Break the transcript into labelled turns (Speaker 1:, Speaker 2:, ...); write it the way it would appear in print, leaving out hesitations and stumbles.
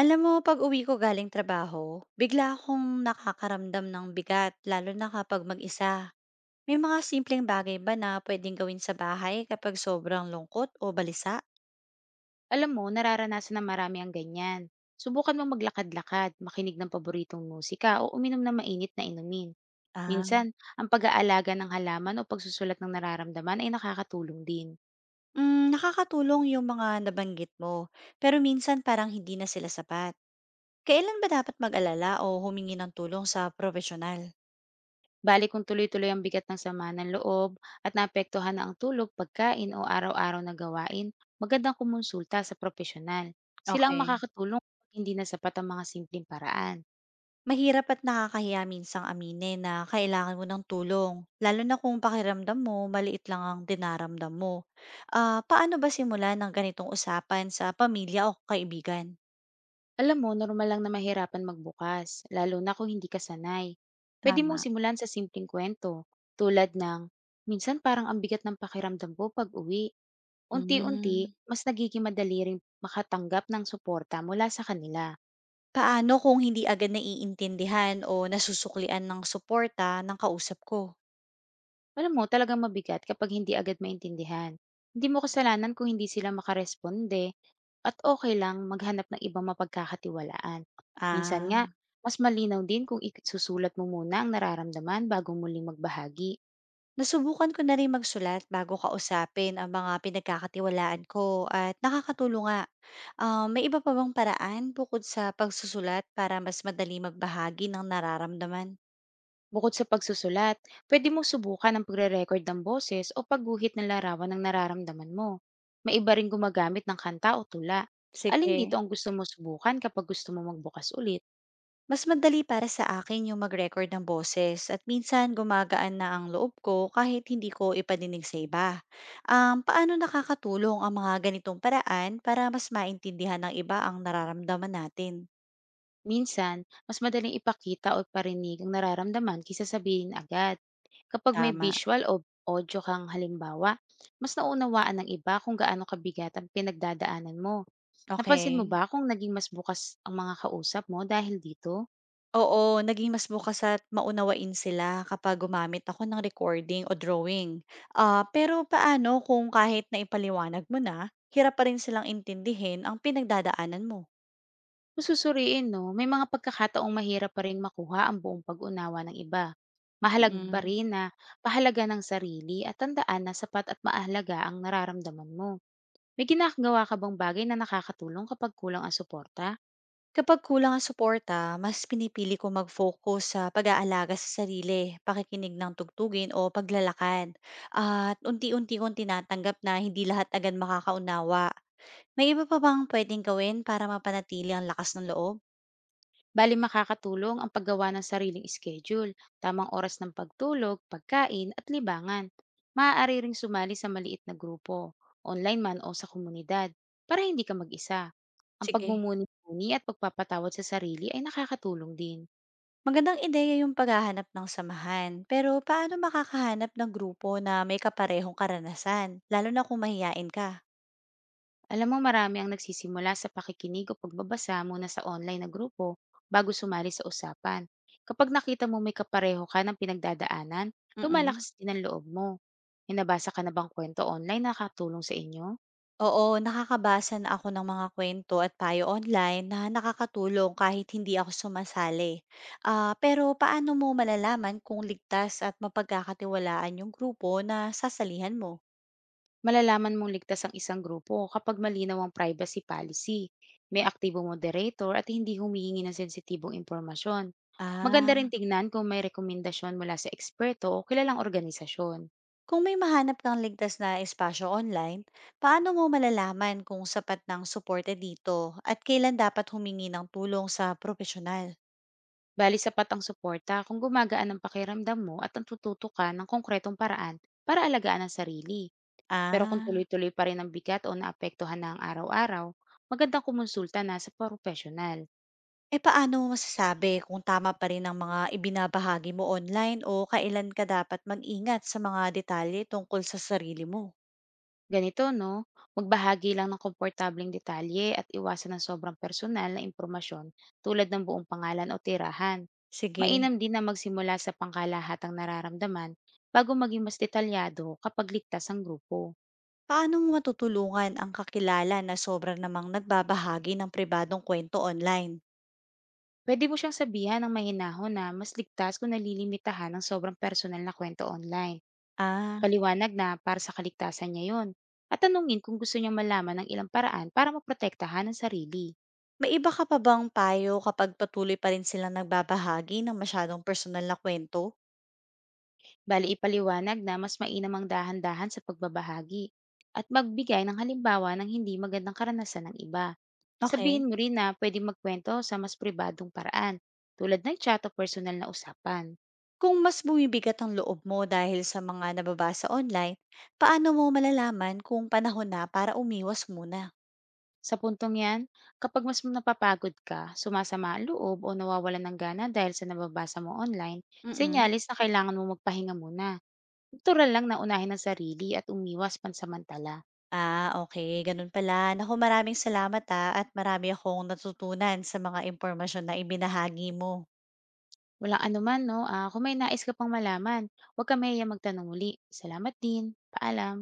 Speaker 1: Alam mo, pag-uwi ko galing trabaho, bigla akong nakakaramdam ng bigat, lalo na kapag mag-isa. May mga simpleng bagay ba na pwedeng gawin sa bahay kapag sobrang lungkot o balisa?
Speaker 2: Alam mo, nararanasan ng marami ang ganyan. Subukan mo maglakad-lakad, makinig ng paboritong musika o uminom ng mainit na inumin.
Speaker 1: Ah,
Speaker 2: Minsan, ang pag-aalaga ng halaman o pagsusulat ng nararamdaman ay nakakatulong din.
Speaker 1: Nakakatulong yung mga nabanggit mo, pero minsan parang hindi na sila sapat. Kailan ba dapat mag-alala o humingi ng tulong sa profesional?
Speaker 2: Bali kung tuloy-tuloy ang bigat ng sama ng loob at naapektuhan na ang tulog, pagkain o araw-araw na gawain, magandang kumonsulta sa profesional. Sila ang
Speaker 1: Okay.
Speaker 2: makakatulong kapag hindi na sapat ang mga simpleng paraan.
Speaker 1: Mahirap at nakakahiya minsang aminin na kailangan mo ng tulong, lalo na kung pakiramdam mo maliit lang ang dinaramdam mo. Ah, paano ba simulan ng ganitong usapan sa pamilya o kaibigan?
Speaker 2: Alam mo, normal lang na mahirapan magbukas, lalo na kung hindi ka sanay. Pwede mong
Speaker 1: Tama.
Speaker 2: simulan sa simpleng kwento, tulad ng, minsan parang ang bigat ng pakiramdam ko pag uwi. Unti-unti,
Speaker 1: Hmm.
Speaker 2: mas nagiging madali ring makatanggap ng suporta mula sa kanila.
Speaker 1: Paano kung hindi agad naiintindihan o nasusuklian ng suporta ng kausap ko?
Speaker 2: Alam mo, talagang mabigat kapag hindi agad maintindihan. Hindi mo kasalanan kung hindi sila makaresponde at okay lang maghanap ng ibang mapagkakatiwalaan. Minsan nga,
Speaker 1: Ah.
Speaker 2: mas malinaw din kung isusulat mo muna ang nararamdaman bago muling magbahagi.
Speaker 1: Nasubukan ko na rin magsulat bago kausapin ang mga pinagkakatiwalaan ko at nakakatulong nga. Ah, may iba pa bang paraan bukod sa pagsusulat para mas madali magbahagi ng nararamdaman?
Speaker 2: Bukod sa pagsusulat, pwede mong subukan ang pagre-record ng boses o pagguhit ng larawan ng nararamdaman mo. May iba rin gumagamit ng kanta o tula. Alin dito
Speaker 1: Sige.
Speaker 2: ang gusto mo subukan kapag gusto mo magbukas ulit?
Speaker 1: Mas madali para sa akin yung mag-record ng boses at minsan gumagaan na ang loob ko kahit hindi ko ipadinig sa iba. Paano nakakatulong ang mga ganitong paraan para mas maintindihan ng iba ang nararamdaman natin?
Speaker 2: Minsan, mas madaling ipakita o parinig ang nararamdaman kaysa sabihin agad. Kapag may
Speaker 1: Tama.
Speaker 2: visual o audio kang halimbawa, mas naunawaan ng iba kung gaano kabigat ang pinagdadaanan mo. Napansin mo
Speaker 1: Okay.
Speaker 2: ba kung naging mas bukas ang mga kausap mo dahil dito?
Speaker 1: Oo, naging mas bukas at maunawain sila kapag gumamit ako ng recording o drawing. Ah, pero paano kung kahit naipaliwanag mo na, hirap pa rin silang intindihin ang pinagdadaanan mo?
Speaker 2: Kung susuriin 'no, may mga pagkakataong mahirap pa ring makuha ang buong pag-unawa ng iba. Mahalaga pa
Speaker 1: Mm.
Speaker 2: rin na pahalaga ng sarili at tandaan na sapat at mahalaga ang nararamdaman mo. May ginagawa ka bang bagay na nakakatulong kapag kulang ang suporta?
Speaker 1: Kapag kulang ang suporta, mas pinipili ko mag-focus sa pag-aalaga sa sarili, pakikinig ng tugtugin o paglalakad. At unti-unti kong tinatanggap na hindi lahat agad makakaunawa. May iba pa bang pwedeng gawin para mapanatili ang lakas ng loob?
Speaker 2: Bali makakatulong ang paggawa ng sariling schedule, tamang oras ng pagtulog, pagkain at libangan. Maaari ring sumali sa maliit na grupo, online man o sa komunidad, para hindi ka mag-isa. Ang
Speaker 1: Sige.
Speaker 2: pagmumuni-muni at pagpapatawad sa sarili ay nakakatulong din.
Speaker 1: Magandang ideya yung paghahanap ng samahan, pero paano makakahanap ng grupo na may kaparehong karanasan, lalo na kung mahiyain ka?
Speaker 2: Alam mo, marami ang nagsisimula sa pakikinig o pagbabasa muna sa online na grupo bago sumali sa usapan. Kapag nakita mo may kapareho ka ng pinagdadaanan,
Speaker 1: Mm-mm.
Speaker 2: lumalakas din ang loob mo. May nabasa ka na bang kwento online na nakatulong sa inyo?
Speaker 1: Oo, nakakabasa na ako ng mga kwento at payo online na nakakatulong kahit hindi ako sumasali. Ah, pero paano mo malalaman kung ligtas at mapagkakatiwalaan yung grupo na sasalihan mo?
Speaker 2: Malalaman mong ligtas ang isang grupo kapag malinaw ang privacy policy, may aktibo moderator at hindi humihingi ng sensitibong impormasyon. Maganda
Speaker 1: Ah,
Speaker 2: rin tignan kung may rekomendasyon mula sa eksperto o kilalang organisasyon.
Speaker 1: kung may mahanap kang ligtas na espasyo online, paano mo malalaman kung sapat ng suporte dito at kailan dapat humingi ng tulong sa profesional?
Speaker 2: Bali sapat ang suporta kung gumagaan ang pakiramdam mo at natututo ka ng konkretong paraan para alagaan ang sarili. Pero kung
Speaker 1: Ah,
Speaker 2: tuloy-tuloy pa rin ang bigat o naapektuhan na ang araw-araw, magandang kumonsulta na sa profesional.
Speaker 1: eh paano mo masasabi kung tama pa rin ang mga ibinabahagi mo online o kailan ka dapat mag-ingat sa mga detalye tungkol sa sarili mo?
Speaker 2: Ganito, no? Magbahagi lang ng komportableng detalye at iwasan ng sobrang personal na impormasyon tulad ng buong pangalan o tirahan.
Speaker 1: Sige,
Speaker 2: Mainam din na magsimula sa pangkalahatang nararamdaman bago maging mas detalyado kapag ligtas ang grupo.
Speaker 1: paano mo matutulungan ang kakilala na sobrang namang nagbabahagi ng pribadong kwento online?
Speaker 2: Puwede mo siyang sabihan ng mahinahon na mas ligtas kung nalilimitahan ng sobrang personal na kwento online.
Speaker 1: Ah,
Speaker 2: Paliwanag na para sa kaligtasan niya yon. At tanungin kung gusto niya malaman ng ilang paraan para maprotektahan ang sarili.
Speaker 1: may iba ka pa bang payo kapag patuloy pa rin silang nagbabahagi ng masyadong personal na kwento,
Speaker 2: Bali ipaliwanag na mas mainam ang dahan-dahan sa pagbabahagi at magbigay ng halimbawa ng hindi magandang karanasan ng iba.
Speaker 1: okay?
Speaker 2: Sabihin mo rin na pwede magkwento sa mas pribadong paraan tulad ng chat o personal na usapan.
Speaker 1: Kung mas bumibigat ang loob mo dahil sa mga nababasa online, paano mo malalaman kung panahon na para umiwas muna?
Speaker 2: Sa puntong yan, kapag mas napapagod ka, sumasama ang loob o nawawalan ng gana dahil sa nababasa mo online,
Speaker 1: Mm.
Speaker 2: senyalis na kailangan mo magpahinga muna. Natural lang na unahin ang sarili at umiwas pansamantala.
Speaker 1: Ah, okay, gano'n pala. Naku, maraming salamat, at marami akong natutunan sa mga impormasyon na ibinahagi mo.
Speaker 2: Walang anuman, no? Kung may nais ka pang malaman, huwag ka mahiya magtanong muli. Salamat din. Paalam.